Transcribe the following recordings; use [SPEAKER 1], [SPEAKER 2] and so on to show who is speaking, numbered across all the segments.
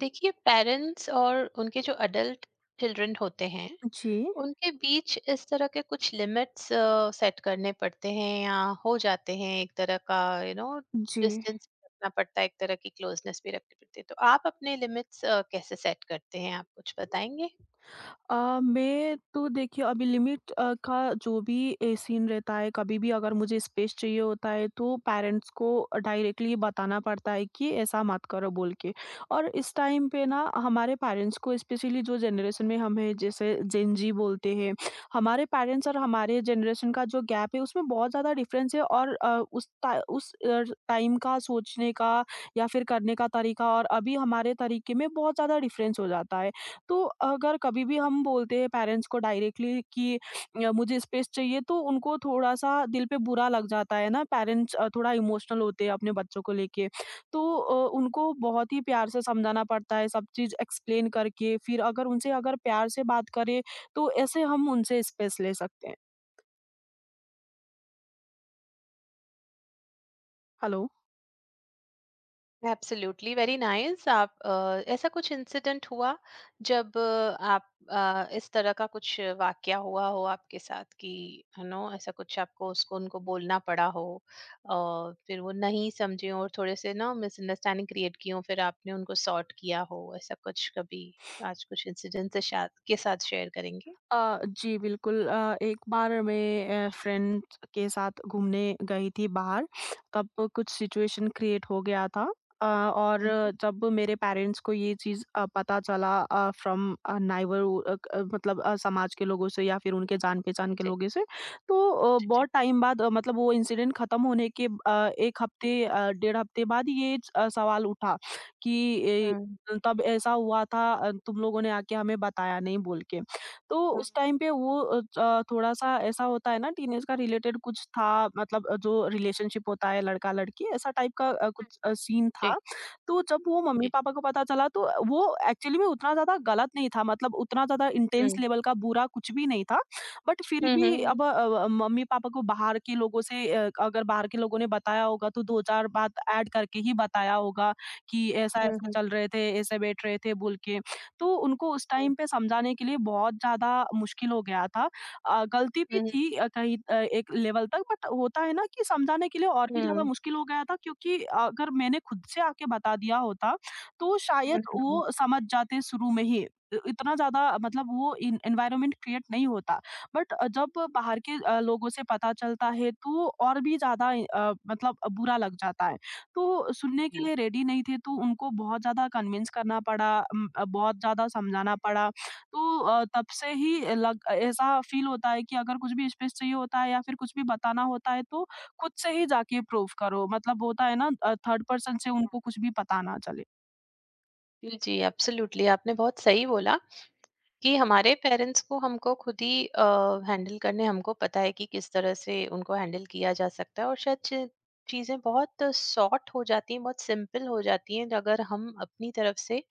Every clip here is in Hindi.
[SPEAKER 1] देखिए, पेरेंट्स और उनके जो अडल्ट चिल्ड्रन होते हैं
[SPEAKER 2] जी,
[SPEAKER 1] उनके बीच इस तरह के कुछ लिमिट्स सेट करने पड़ते हैं या हो जाते हैं। एक तरह का
[SPEAKER 2] जी।
[SPEAKER 1] डिस्टेंस रखना पड़ता है, एक तरह की क्लोजनेस भी रखनी पड़ती है। तो आप अपने लिमिट्स कैसे सेट करते हैं? आप कुछ बताएंगे?
[SPEAKER 2] अ, मैं तो देखिए अभी लिमिट का जो भी सीन रहता है, कभी भी अगर मुझे स्पेस चाहिए होता है तो पेरेंट्स को डायरेक्टली बताना पड़ता है कि ऐसा मत करो बोल के। और इस टाइम पे ना हमारे पेरेंट्स को स्पेशली जो जनरेशन में हम हैं जैसे जेन ज़ी बोलते हैं, हमारे पेरेंट्स और हमारे जनरेशन का जो गैप है उसमें बहुत ज़्यादा डिफ़रेंस है और अ, उस टा उस अ, टाइम का सोचने का या फिर करने का तरीका और अभी हमारे तरीके में बहुत ज़्यादा डिफ़रेंस हो जाता है। तो अगर कभी भी हम बोलते हैं पेरेंट्स को डायरेक्टली कि मुझे स्पेस चाहिए तो उनको थोड़ा-सा दिल पे बुरा लग जाता है ना पेरेंट्स थोड़ा इमोशनल होते हैं अपने बच्चों को लेके। तो उनको बहुत ही प्यार से समझाना पड़ता है सब चीज़ एक्सप्लेन करके फिर अगर उनसे अगर प्यार से बात करें तो ऐसे हम उनसे स्पेस ले सकते हैं। हेलो।
[SPEAKER 1] Absolutely, very nice. आप ऐसा कुछ इंसिडेंट हुआ जब आप इस तरह का कुछ वाकया हुआ हो आपके साथ कि ऐसा कुछ आपको उसको उनको बोलना पड़ा हो और फिर वो नहीं समझे हो और थोड़े से ना मिसअंडरस्टैंडिंग क्रिएट की हो, फिर आपने उनको सॉर्ट किया हो, ऐसा कुछ कभी आज कुछ इंसिडेंट से साथ के साथ शेयर करेंगे?
[SPEAKER 2] जी बिल्कुल एक बार मैं फ्रेंड के साथ घूमने गई थी बाहर, तब कुछ सिचुएशन क्रिएट हो गया था और
[SPEAKER 1] हम्म।
[SPEAKER 2] जब मेरे पेरेंट्स को ये चीज़ पता चला फ्रॉम नाइबर मतलब समाज के लोगों से या फिर उनके जान-पहचान के
[SPEAKER 1] जी।
[SPEAKER 2] लोगों से, तो
[SPEAKER 1] जी। जी।
[SPEAKER 2] बहुत टाइम बाद मतलब वो इंसिडेंट खत्म होने के 1 हफ्ते डेढ़ हफ्ते बाद ये सवाल उठा कि ए,
[SPEAKER 1] हम्म।
[SPEAKER 2] तब ऐसा हुआ था तुम लोगों ने आके हमें बताया नहीं बोल के। तो
[SPEAKER 1] हम्म,
[SPEAKER 2] उस टाइम पे वो अ, च थोड़ा-सा ऐसा होता है ना टीनेज का रिलेटेड कुछ था, मतलब जो रिलेशनशिप होता है लड़का-लड़की ऐसा टाइप का सीन
[SPEAKER 1] जी।
[SPEAKER 2] था। तो जब वो
[SPEAKER 1] जी। जी।
[SPEAKER 2] मम्मी-पापा को पता चला तो वो एक्चुअली में उतना ज़्यादा गलत नहीं था, मतलब उतना ज़्यादा इंटेंस
[SPEAKER 1] हम्म।
[SPEAKER 2] लेवल का बुरा कुछ भी नहीं था। बट फिर
[SPEAKER 1] हम्म।
[SPEAKER 2] भी
[SPEAKER 1] हम्म।
[SPEAKER 2] अब मम्मी-पापा को बाहर के लोगों से अगर बाहर के लोगों ने बताया होगा तो 2-4 बात ऐड करके ही बताया होगा कि
[SPEAKER 1] हम्म।
[SPEAKER 2] ऐसा-ऐसा
[SPEAKER 1] हम्म।
[SPEAKER 2] चल रहे थे, ऐसे बैठ रहे थे बोल के। तो उनको उस टाइम पे समझाने के लिए बहुत ज़्यादा मुश्किल हो गया था। गलती
[SPEAKER 1] हम्म।
[SPEAKER 2] भी
[SPEAKER 1] हम्म।
[SPEAKER 2] थी कहीं एक लेवल तक, बट होता है ना कि समझाने के लिए और भी ज़्यादा
[SPEAKER 1] हम्म।
[SPEAKER 2] मुश्किल हो गया था क्योंकि अगर मैंने खुद से आके बता दिया होता, तो शायद
[SPEAKER 1] हम्म।
[SPEAKER 2] वो समझ जाते शुरू में ही। इ इतना ज़्यादा मतलब वो एन एनवायरनमेंट क्रिएट नहीं होता। बट जब बाहर के लोगों से पता चलता है तो और भी ज़्यादा मतलब बुरा लग जाता है। तो सुनने के
[SPEAKER 1] जी,
[SPEAKER 2] लिए रेडी नहीं थे, तो उनको बहुत ज़्यादा कन्विंस करना पड़ा, बहुत ज़्यादा समझाना पड़ा। तो तब से ही लग ऐसा फ़ील होता है कि अगर कुछ भी स्पेस चाहिए होता है या फिर कुछ भी बताना होता है तो खुद से ही जाके प्रूव करो। मतलब होता है ना थर्ड पर्सन से उनको कुछ भी पता ना चले।
[SPEAKER 1] जी, जी, एब्सोल्युटली आपने बहुत सही बोला कि हमारे पेरेंट्स को हमको खुद ही हैंडल करने हमको पता है कि किस तरह से उनको हैंडल किया जा सकता है, और शायद चीज़ें बहुत सॉर्ट हो जाती हैं, बहुत सिंपल हो जाती हैं, अगर हम अपनी तरफ से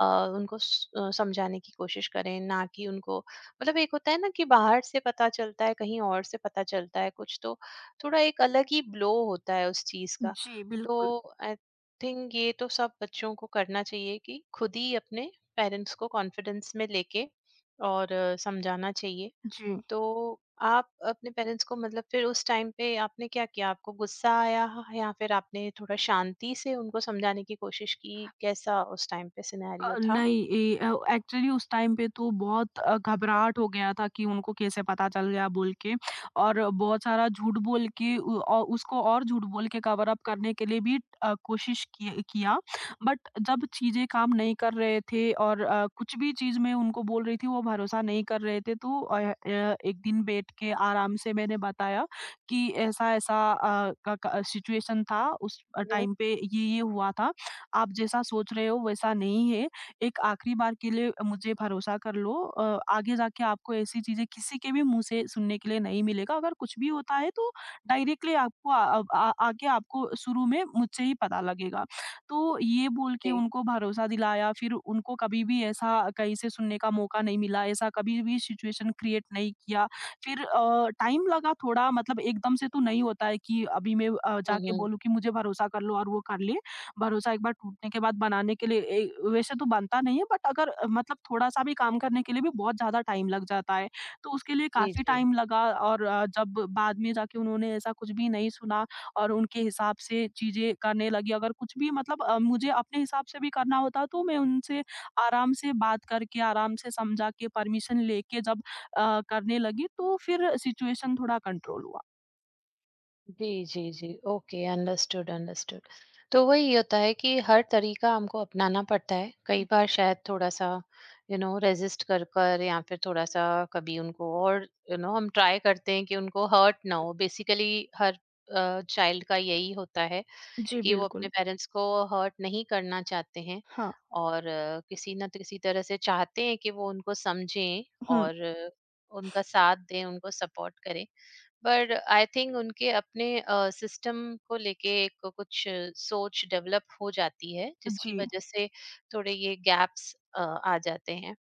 [SPEAKER 1] अ, उनको समझाने की कोशिश करें, ना कि उनको मतलब एक होता है ना कि बाहर से पता चलता है, कहीं और से पता चलता है कुछ, तो थोड़ा एक अलग ही ब्लो होता है उस चीज का।
[SPEAKER 2] जी,
[SPEAKER 1] तो
[SPEAKER 2] बिल्कुल।
[SPEAKER 1] आई थिंक ये तो सब बच्चों को करना चाहिए कि खुद ही अपने पेरेंट्स को कॉन्फिडेंस में लेके और समझाना चाहिए।
[SPEAKER 2] जी।
[SPEAKER 1] तो आप अपने पेरेंट्स को मतलब फिर उस टाइम पे आपने क्या किया? आपको गुस्सा आया या फिर आपने थोड़ा शांति से उनको समझाने की कोशिश की? कैसा उस टाइम पे सिनेरियो था?
[SPEAKER 2] नहीं, एक्चुअली उस टाइम पे तो बहुत घबराहट हो गया था कि उनको कैसे पता चल गया बोल के, और बहुत सारा झूठ बोल के उसको और झूठ बोल के कवर अप करने के लिए भी कोशिश किए किया। बट जब चीज़ें काम नहीं कर रहे थे और कुछ भी चीज़ मैं उनको बोल रही थी वो भरोसा नहीं कर रहे थे, तो एक दिन बैठ के आराम से मैंने बताया कि ऐसा-ऐसा अ, क क सिचुएशन था, उस
[SPEAKER 1] हुँ।
[SPEAKER 2] टाइम पे ये हुआ था। आप जैसा सोच रहे हो वैसा नहीं है। एक आखिरी बार के लिए मुझे भरोसा कर लो, आगे जाके आपको ऐसी चीज़ें किसी के भी मुँह से सुनने के लिए नहीं मिलेगा। अगर कुछ भी होता है तो डायरेक्टली आपको अब आ आके आपको शुरू में मुझसे ही पता लगेगा। तो ये बोल के
[SPEAKER 1] जी।
[SPEAKER 2] उनको भरोसा दिलाया, फिर उनको कभी भी ऐसा कहीं से सुनने का मौका नहीं मिला, ऐसा कभी भी सिचुएशन क्रिएट नहीं किया। फिर टाइम लगा थोड़ा, मतलब एकदम से तो नहीं होता है कि अभी मैं
[SPEAKER 1] हुँ,
[SPEAKER 2] जाके
[SPEAKER 1] हुँ।
[SPEAKER 2] बोलूँ कि मुझे भरोसा कर लो और वो कर ले। भरोसा एक बार टूटने के बाद बनाने के लिए वैसे तो बनता नहीं है, बट अगर मतलब थोड़ा-सा भी काम करने के लिए भी बहुत ज़्यादा टाइम लग जाता है। तो उसके लिए
[SPEAKER 1] जी,
[SPEAKER 2] काफ़ी
[SPEAKER 1] जी।
[SPEAKER 2] टाइम लगा। और जब बाद में जाके उन्होंने ऐसा कुछ भी नहीं सुना और उनके हिसाब से चीज़ें करने लगी। अगर कुछ भी मतलब मुझे अपने हिसाब से भी करना होता तो मैं उनसे आराम से बात करके, आराम से समझा के, परमिशन लेके जब करने लगी तो फिर सिचुएशन थोड़ा कंट्रोल हुआ।
[SPEAKER 1] जी, जी, जी। Okay, understood, understood. तो वही होता है कि हर तरीका हमको अपनाना पड़ता है। कई बार शायद थोड़ा-सा रेज़िस्ट कर कर या फिर थोड़ा-सा कभी उनको, और हम ट्राई करते हैं कि उनको हर्ट ना हो। बेसिकली हर चाइल्ड का यही होता है
[SPEAKER 2] जी,
[SPEAKER 1] कि वो अपने
[SPEAKER 2] बिल्कुल।
[SPEAKER 1] पेरेंट्स को हर्ट नहीं करना चाहते हैं,
[SPEAKER 2] हाँ।
[SPEAKER 1] और किसी ना किसी तरह से चाहते हैं कि वो उनको समझें
[SPEAKER 2] हुँ।
[SPEAKER 1] और उनका साथ दें, उनको सपोर्ट करें। पर आई थिंक उनके अपने सिस्टम को लेके एक कुछ सोच डेवलप हो जाती है जिसकी
[SPEAKER 2] जी।
[SPEAKER 1] वजह से थोड़े ये गैप्स आ जाते हैं।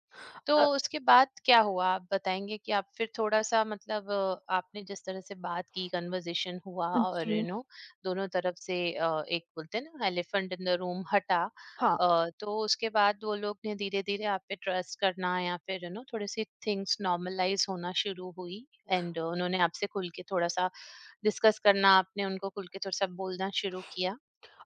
[SPEAKER 1] तो
[SPEAKER 2] अ,
[SPEAKER 1] उसके बाद क्या हुआ आप बताएंगे कि आप फिर थोड़ा सा मतलब आपने जिस तरह से बात की, कन्वर्जेशन हुआ, और
[SPEAKER 2] जी।
[SPEAKER 1] दोनों तरफ से एक बोलते हैं ना, एलिफेंट इन द रूम हटा।
[SPEAKER 2] हाँ।
[SPEAKER 1] तो उसके बाद वो लोग ने धीरे-धीरे आप पे ट्रस्ट करना या फिर थोड़ी-सी थिंग्स नॉर्मलाइज़ होना शुरू हुई, एंड उन्होंने आपसे खुल के थोड़ा-सा डिस्कस करना, आपने उनको खुल के थोड़ा-सा बोलना शुरू किया।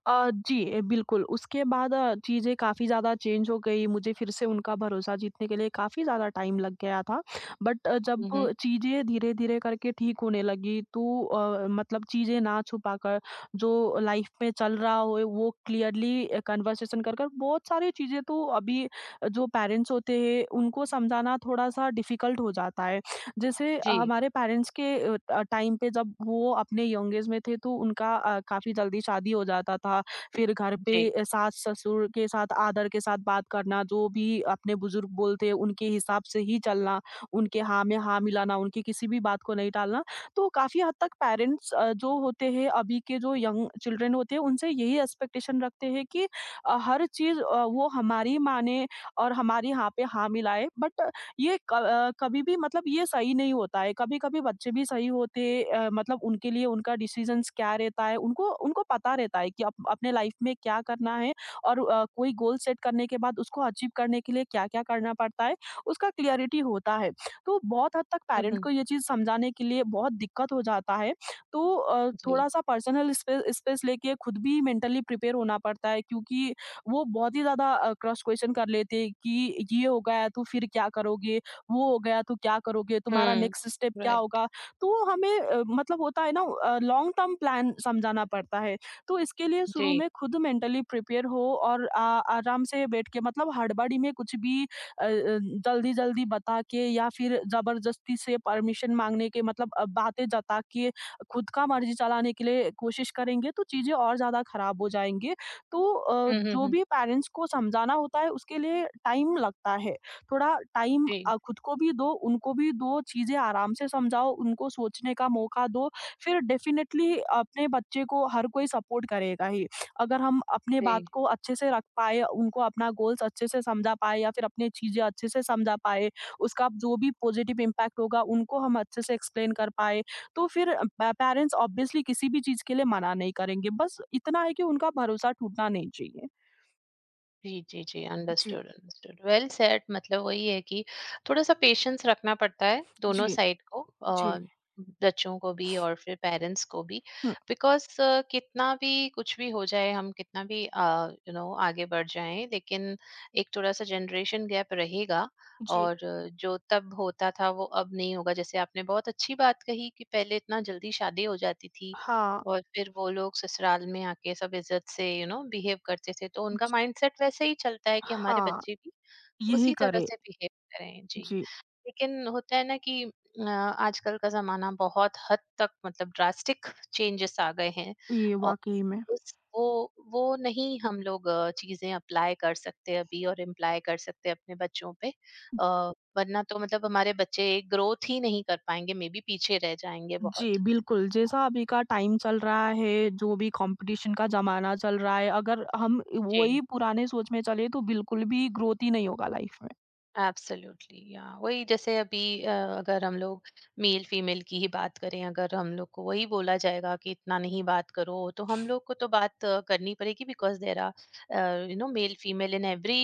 [SPEAKER 2] जी, बिल्कुल। उसके बाद चीज़ें काफ़ी ज़्यादा चेंज हो गई, मुझे फिर से उनका भरोसा जीतने के लिए काफ़ी ज़्यादा टाइम लग गया था। बट जब
[SPEAKER 1] हुँ, हुँ।
[SPEAKER 2] चीज़ें धीरे-धीरे करके ठीक होने लगी तो मतलब चीज़ें ना छुपा कर जो लाइफ़ में चल रहा हो वो क्लियरली कन्वर्सेशन कर कर बहुत सारी चीज़ें, तो अभी जो पेरेंट्स होते हैं उनको समझाना थोड़ा-सा डिफ़िकल्ट हो जाता है। जैसे
[SPEAKER 1] जी,
[SPEAKER 2] हमारे पेरेंट्स के टाइम पे जब वो अपने यंग एज में थे तो उनका काफ़ी जल्दी शादी हो जाता था। फिर घर पे
[SPEAKER 1] जी।
[SPEAKER 2] सास-ससुर के साथ आदर के साथ बात करना, जो भी अपने बुज़ुर्ग बोलते उनके हिसाब से ही चलना, उनके हाँ में हाँ मिलाना, उनकी किसी भी बात को नहीं टालना। तो काफ़ी हद तक पेरेंट्स जो होते हैं अभी के जो यंग चिल्ड्रन होते हैं उनसे यही एक्सपेक्टेशन रखते हैं कि हर चीज़ वो हमारी माने और हमारी हाँ पे हाँ मिलाए। बट कभी भी मतलब ये सही नहीं होता है। कभी-कभी बच्चे भी सही होते मतलब उनके लिए उनका डिसीज़न्स क्या रहता है, उनको उनको पता रहता है कि अप अपने लाइफ़ में क्या करना है, और कोई गोल सेट करने के बाद उसको अचीव करने के लिए क्या-क्या करना पड़ता है, उसका क्लियरिटी होता है। तो बहुत हद तक
[SPEAKER 1] हुँ,
[SPEAKER 2] पेरेंट
[SPEAKER 1] हुँ।
[SPEAKER 2] को ये चीज़ समझाने के लिए बहुत दिक्कत हो जाता है। तो
[SPEAKER 1] जी।
[SPEAKER 2] थोड़ा-सा पर्सनल स्पेस लेके खुद भी मेंटली प्रिपेयर होना पड़ता है क्योंकि वो बहुत ही ज़्यादा क्रॉस क्वेश्चन कर लेते हैं कि ये हो गया तो फिर क्या करोगे? वो हो गया तो क्या करोगे? तुम्हारा
[SPEAKER 1] हुँ।
[SPEAKER 2] नेक्स्ट स्टेप क्या
[SPEAKER 1] राइट।
[SPEAKER 2] होगा? तो हमें मतलब होता है ना लॉन्ग टर्म प्लान समझाना पड़ता है। तो इसके लिए शुरू
[SPEAKER 1] जी।
[SPEAKER 2] में खुद मेंटली प्रिपेयर हो, और आ आराम से बैठ के मतलब हड़बड़ी में कुछ भी जल्दी-जल्दी बता के या फिर ज़बरदस्ती से परमिशन माँगने के मतलब बातें जता के खुद का मर्ज़ी चलाने के लिए कोशिश करेंगे तो चीज़ें और ज़्यादा खराब हो जाएँगी। तो
[SPEAKER 1] हुँ, हुँ,
[SPEAKER 2] जो
[SPEAKER 1] हुँ।
[SPEAKER 2] भी पेरेंट्स को समझाना होता है उसके लिए टाइम लगता है। थोड़ा टाइम
[SPEAKER 1] जी,
[SPEAKER 2] खुद को भी दो, उनको भी दो, चीज़ें आराम से समझाओ, उनको सोचने का मौका दो, फिर डेफ़िनेटली अपने बच्चे को हर कोई सपोर्ट करेगा ही। अगर हम अपने
[SPEAKER 1] जी।
[SPEAKER 2] बात को अच्छे से रख पाए, उनको अपना गोल्स अच्छे से समझा पाए या फिर अपनी चीज़ें अच्छे से समझा पाए, उसका जो भी पॉज़िटिव इम्पैक्ट होगा उनको हम अच्छे से एक्सप्लेन कर पाए, तो फिर पेरेंट्स ऑब्वियसली किसी भी चीज़ के लिए मना नहीं करेंगे। बस इतना है कि उनका भरोसा टूटना नहीं चाहिए।
[SPEAKER 1] जी, जी, जी,
[SPEAKER 2] जी,
[SPEAKER 1] अंडरस्टूड, अंडरस्टूड, वेल सेड। मतलब वही है कि थोड़ा-सा पेशेंस रखना पड़ता है दोनों
[SPEAKER 2] जी,
[SPEAKER 1] साइड को,
[SPEAKER 2] जी।
[SPEAKER 1] बच्चों को भी और फिर पेरेंट्स को भी।
[SPEAKER 2] हुँ।
[SPEAKER 1] बिकॉज़ कितना भी कुछ भी हो जाए, हम कितना भी आगे बढ़ जाएँ, लेकिन एक थोड़ा-सा जनरेशन गैप रहेगा,
[SPEAKER 2] जी,
[SPEAKER 1] और जो तब होता था, वो अब नहीं होगा। जैसे आपने बहुत अच्छी बात कही कि पहले इतना जल्दी शादी हो जाती थी,
[SPEAKER 2] हाँ।
[SPEAKER 1] और फिर वो लोग ससुराल में आके सब इज्जत से बिहेव करते थे, तो उनका
[SPEAKER 2] जी।
[SPEAKER 1] माइंडसेट वैसे ही चलता है कि हमारे
[SPEAKER 2] हाँ,
[SPEAKER 1] बच्चे भी
[SPEAKER 2] यही
[SPEAKER 1] उसी तरह
[SPEAKER 2] करें।
[SPEAKER 1] से बिहेव करें जी।
[SPEAKER 2] जी,
[SPEAKER 1] लेकिन होता है ना कि आजकल का जमाना बहुत हद तक मतलब ड्रास्टिक चेंजेस आ गए हैं,
[SPEAKER 2] ये
[SPEAKER 1] और
[SPEAKER 2] वाक़ई में।
[SPEAKER 1] उस वो नहीं हम लोग चीजें अप्लाई कर सकते अभी और इम्प्लाई कर सकते अपने बच्चों पे। वरना तो मतलब हमारे बच्चे ग्रोथ ही नहीं कर पाएंगे, मे बी पीछे रह जाएंगे बहुत।
[SPEAKER 2] जी, बिल्कुल। जैसा अभी का टाइम चल रहा है, जो भी कॉम्पिटिशन का ज़माना चल रहा है, अगर हम वही
[SPEAKER 1] जी,
[SPEAKER 2] पुराने सोच में चले तो बिल्कुल भी ग्रोथ ही नहीं होगा लाइफ़ में।
[SPEAKER 1] एब्सोल्युटली, या वही जैसे अभी अगर हम लोग मेल फीमेल की ही बात करें, अगर हम लोग को वही बोला जाएगा कि इतना नहीं बात करो, तो हम लोग को तो बात करनी पड़ेगी because there are male female in every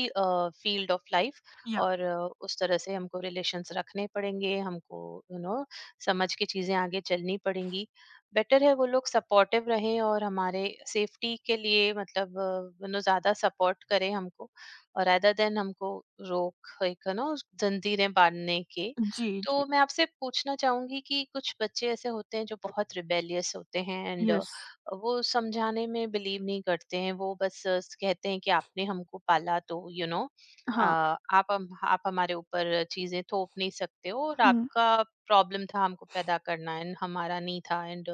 [SPEAKER 1] field of life.
[SPEAKER 2] Yeah.
[SPEAKER 1] और उस तरह से हमको रिलेशंस रखने पड़ेंगे, हमको यू you नो know, समझ के चीजें आगे चलनी पड़ेंगी। बेटर है वो लोग सपोर्टिव रहें और हमारे सेफ्टी के लिए मतलब ज्यादा सपोर्ट करें हमको, और अदर देन हमको रोक एक है ना उस जंजीरें बांधने के।
[SPEAKER 2] जी, जी।
[SPEAKER 1] तो मैं आपसे पूछना चाहूँगी कि कुछ बच्चे ऐसे होते हैं जो बहुत रिबेलियस होते हैं एंड
[SPEAKER 2] यस,
[SPEAKER 1] वो समझाने में बिलीव नहीं करते हैं। वो बस कहते हैं कि आपने हमको पाला तो
[SPEAKER 2] हाँ।
[SPEAKER 1] आप हमारे ऊपर चीज़ें थोप नहीं सकते हो, और
[SPEAKER 2] हुँ।
[SPEAKER 1] आपका प्रॉब्लम था हमको पैदा करना एंड हमारा नहीं था, and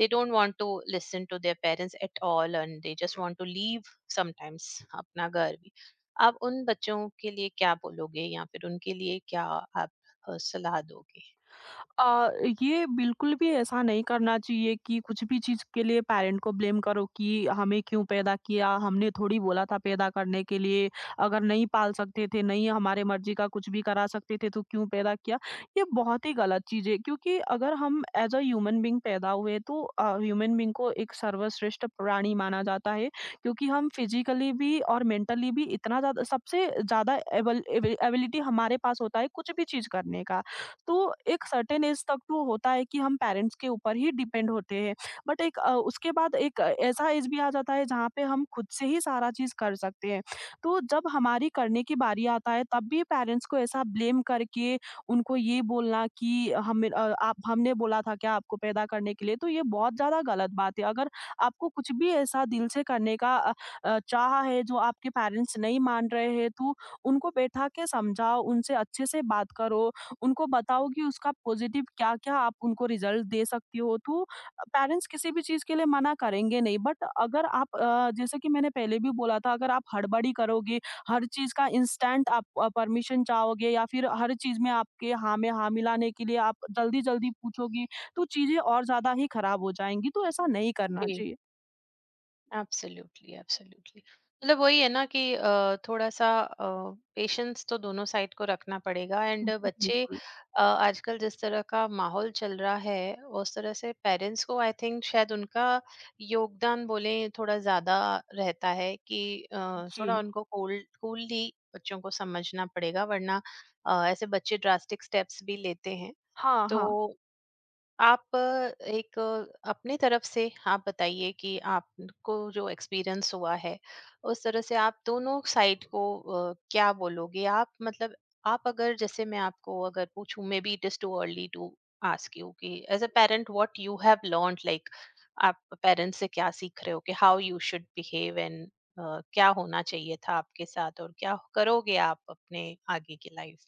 [SPEAKER 1] they don't want to listen to their parents at all and they just want to leave sometimes अपना घर भी। आप उन बच्चों के लिए क्या बोलोगे या फिर उनके लिए क्या आप सलाह दोगे?
[SPEAKER 2] अ, ये बिल्कुल भी ऐसा नहीं करना चाहिए कि कुछ भी चीज़ के लिए पैरेंट को ब्लेम करो कि हमें क्यों पैदा किया, हमने थोड़ी बोला था पैदा करने के लिए, अगर नहीं पाल सकते थे, नहीं हमारे मर्ज़ी का कुछ भी करा सकते थे तो क्यों पैदा किया। ये बहुत ही गलत चीज़ है क्योंकि अगर हम एज़ अ ह्यूमन बीइंग पैदा हुए तो ह्यूमन बीइंग को एक सर्वश्रेष्ठ प्राणी माना जाता है क्योंकि हम फिज़िकली भी और मेंटली भी इतना ज़्यादा सबसे ज़्यादा एबल एबि एबिलिटी हमारे पास होता है कुछ भी चीज़ करने का। तो एक सर्टेन एज तक तो होता है कि हम पेरेंट्स के ऊपर ही डिपेंड होते हैं, बट एक उसके बाद एक ऐसा एज भी आ जाता है जहाँ पे हम खुद से ही सारा चीज़ कर सकते हैं। तो जब हमारी करने की बारी आता है तब भी पेरेंट्स को ऐसा ब्लेम करके उनको ये बोलना कि हमें अ, आप हमने बोला था क्या आपको पैदा करने के लिए, तो ये बहुत ज़्यादा गलत बात है। अगर आपको कुछ भी ऐसा दिल से करने का चाह है जो आपके पेरेंट्स नहीं मान रहे हैं तो उनको बैठा के समझाओ, उनसे अच्छे से बात करो, उनको बताओ कि उसका पॉजिटिव क्या-क्या आप उनको रिजल्ट दे सकती हो, तो पेरेंट्स किसी भी चीज़ के लिए मना करेंगे नहीं। बट अगर आप जैसे कि मैंने पहले भी बोला था, अगर आप हड़बड़ी करोगे, हर चीज़ का इंस्टेंट आप परमिशन चाहोगे या फिर हर चीज़ में आपके हाँ में हाँ मिलाने के लिए आप जल्दी-जल्दी पूछोगी, तो चीज़ें और ज़्यादा ही खराब हो जाएँगी, तो ऐसा नहीं करना
[SPEAKER 1] जी,
[SPEAKER 2] चाहिए।
[SPEAKER 1] Absolutely, absolutely. मतलब वही है ना कि थोड़ा-सा पेशेंस तो दोनों साइड को रखना पड़ेगा, एंड
[SPEAKER 2] जी,
[SPEAKER 1] बच्चे
[SPEAKER 2] बिल्कुल।
[SPEAKER 1] आजकल जिस तरह का माहौल चल रहा है, उस तरह से पेरेंट्स को आई थिंक शायद उनका योगदान बोलें थोड़ा ज़्यादा रहता है कि
[SPEAKER 2] जी।
[SPEAKER 1] थोड़ा उनको कूलली बच्चों को समझना पड़ेगा, वरना ऐसे बच्चे ड्रास्टिक स्टेप्स भी लेते हैं।
[SPEAKER 2] हाँ,
[SPEAKER 1] तो
[SPEAKER 2] हाँ।
[SPEAKER 1] आप एक अपनी तरफ से आप बताइए कि आपको जो एक्सपीरियंस हुआ है, उस तरह से आप दोनों साइड को क्या बोलोगे आप, मतलब आप अगर, जैसे मैं आपको अगर पूछूं, maybe it is too early to ask you कि as a parent what you have learn like, आप पेरेंट्स से क्या सीख रहे हो कि how you should behave, and क्या होना चाहिए था आपके साथ और क्या करोगे आप अपने आगे की लाइफ?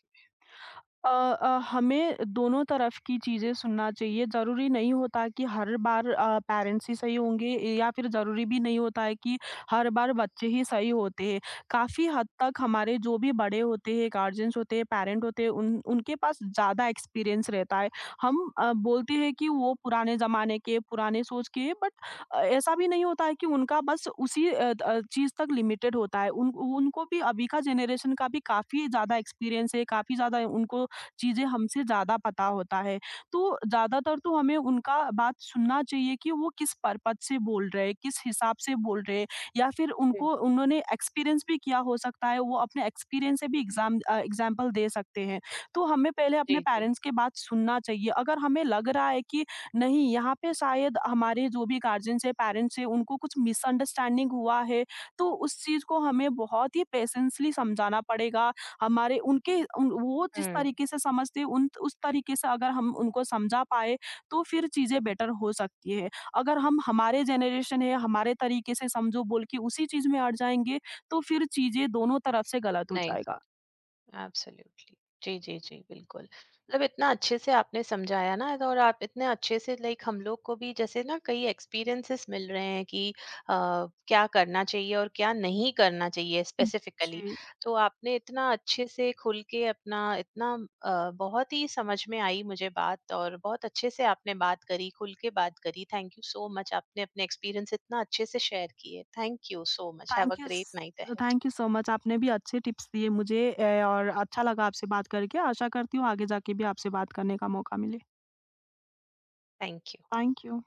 [SPEAKER 2] अ हमें दोनों तरफ की चीज़ें सुनना चाहिए। ज़रूरी नहीं होता कि हर बार पेरेंट्स ही सही होंगे या फिर ज़रूरी भी नहीं होता है कि हर बार बच्चे ही सही होते हैं। काफ़ी हद तक हमारे जो भी बड़े होते हैं, गार्जियंस होते हैं, पेरेंट होते हैं, उन उनके पास ज़्यादा एक्सपीरियंस रहता है। हम बोलते हैं कि वो पुराने ज़माने के, पुराने सोच के हैं, बट ऐसा भी नहीं होता है कि उनका बस चीज़ तक लिमिटेड होता है। उन उनको भी अभी का जनरेशन का भी काफ़ी ज़्यादा एक्सपीरियंस है, काफ़ी ज़्यादा उनको चीज़ें हमसे ज़्यादा पता होता है। तो ज़्यादातर तो हमें उनका बात सुनना चाहिए कि वो किस पर्पज़ से बोल रहे हैं, किस हिसाब से बोल रहे हैं, या फिर
[SPEAKER 1] हम्म।
[SPEAKER 2] उनको उन्होंने एक्सपीरियंस भी किया हो सकता है, वो अपने एक्सपीरियंस से भी एग्ज़ाम्पल दे सकते हैं। तो हमें पहले अपने
[SPEAKER 1] जी। जी।
[SPEAKER 2] पेरेंट्स की बात सुनना चाहिए। अगर हमें लग रहा है कि नहीं, यहाँ पे शायद हमारे जो भी गार्जियंस हैं, पेरेंट्स हैं, उनको कुछ मिसअंडरस्टैंडिंग हुआ है, तो उस चीज़ को हमें बहुत ही पेशेंसली समझाना पड़ेगा। हमारे उनके उन वो जिस
[SPEAKER 1] हम्म।
[SPEAKER 2] तरीके से समझते हैं उन उस तरीके से अगर हम उनको समझा पाए तो फिर चीज़ें बेटर हो सकती है। अगर हम हमारे जनरेशन है, हमारे तरीके से समझो बोल के उसी चीज़ में अड़ जाएँगे तो फिर चीज़ें दोनों तरफ से गलत हो
[SPEAKER 1] नाइस,
[SPEAKER 2] जाएगा।
[SPEAKER 1] एब्सोल्युटली। जी, जी, जी, बिल्कुल, मतलब इतना अच्छे से आपने समझाया ना, और आप इतने अच्छे से लाइक हम लोग को भी जैसे ना कई एक्सपीरियंसेस मिल रहे हैं कि अ, क्या करना चाहिए और क्या नहीं करना चाहिए स्पेसिफिकली।
[SPEAKER 2] जी,
[SPEAKER 1] तो आपने इतना अच्छे से खुल के अपना इतना बहुत ही समझ में आई मुझे बात, और बहुत अच्छे से आपने बात करी, खुल के बात करी। थैंक यू सो मच, आपने अपने एक्सपीरियंस इतना अच्छे से शेयर किए। Thank you so much, have a
[SPEAKER 2] thank you स
[SPEAKER 1] great night ahead.
[SPEAKER 2] Thank you so much. आपने भी अच्छे टिप्स दिए मुझे, ए और अच्छा लगा आपसे बात करके। आशा करती हूँ आगे जाके भी आपसे बात करने का मौका मिले।
[SPEAKER 1] Thank you.
[SPEAKER 2] Thank you.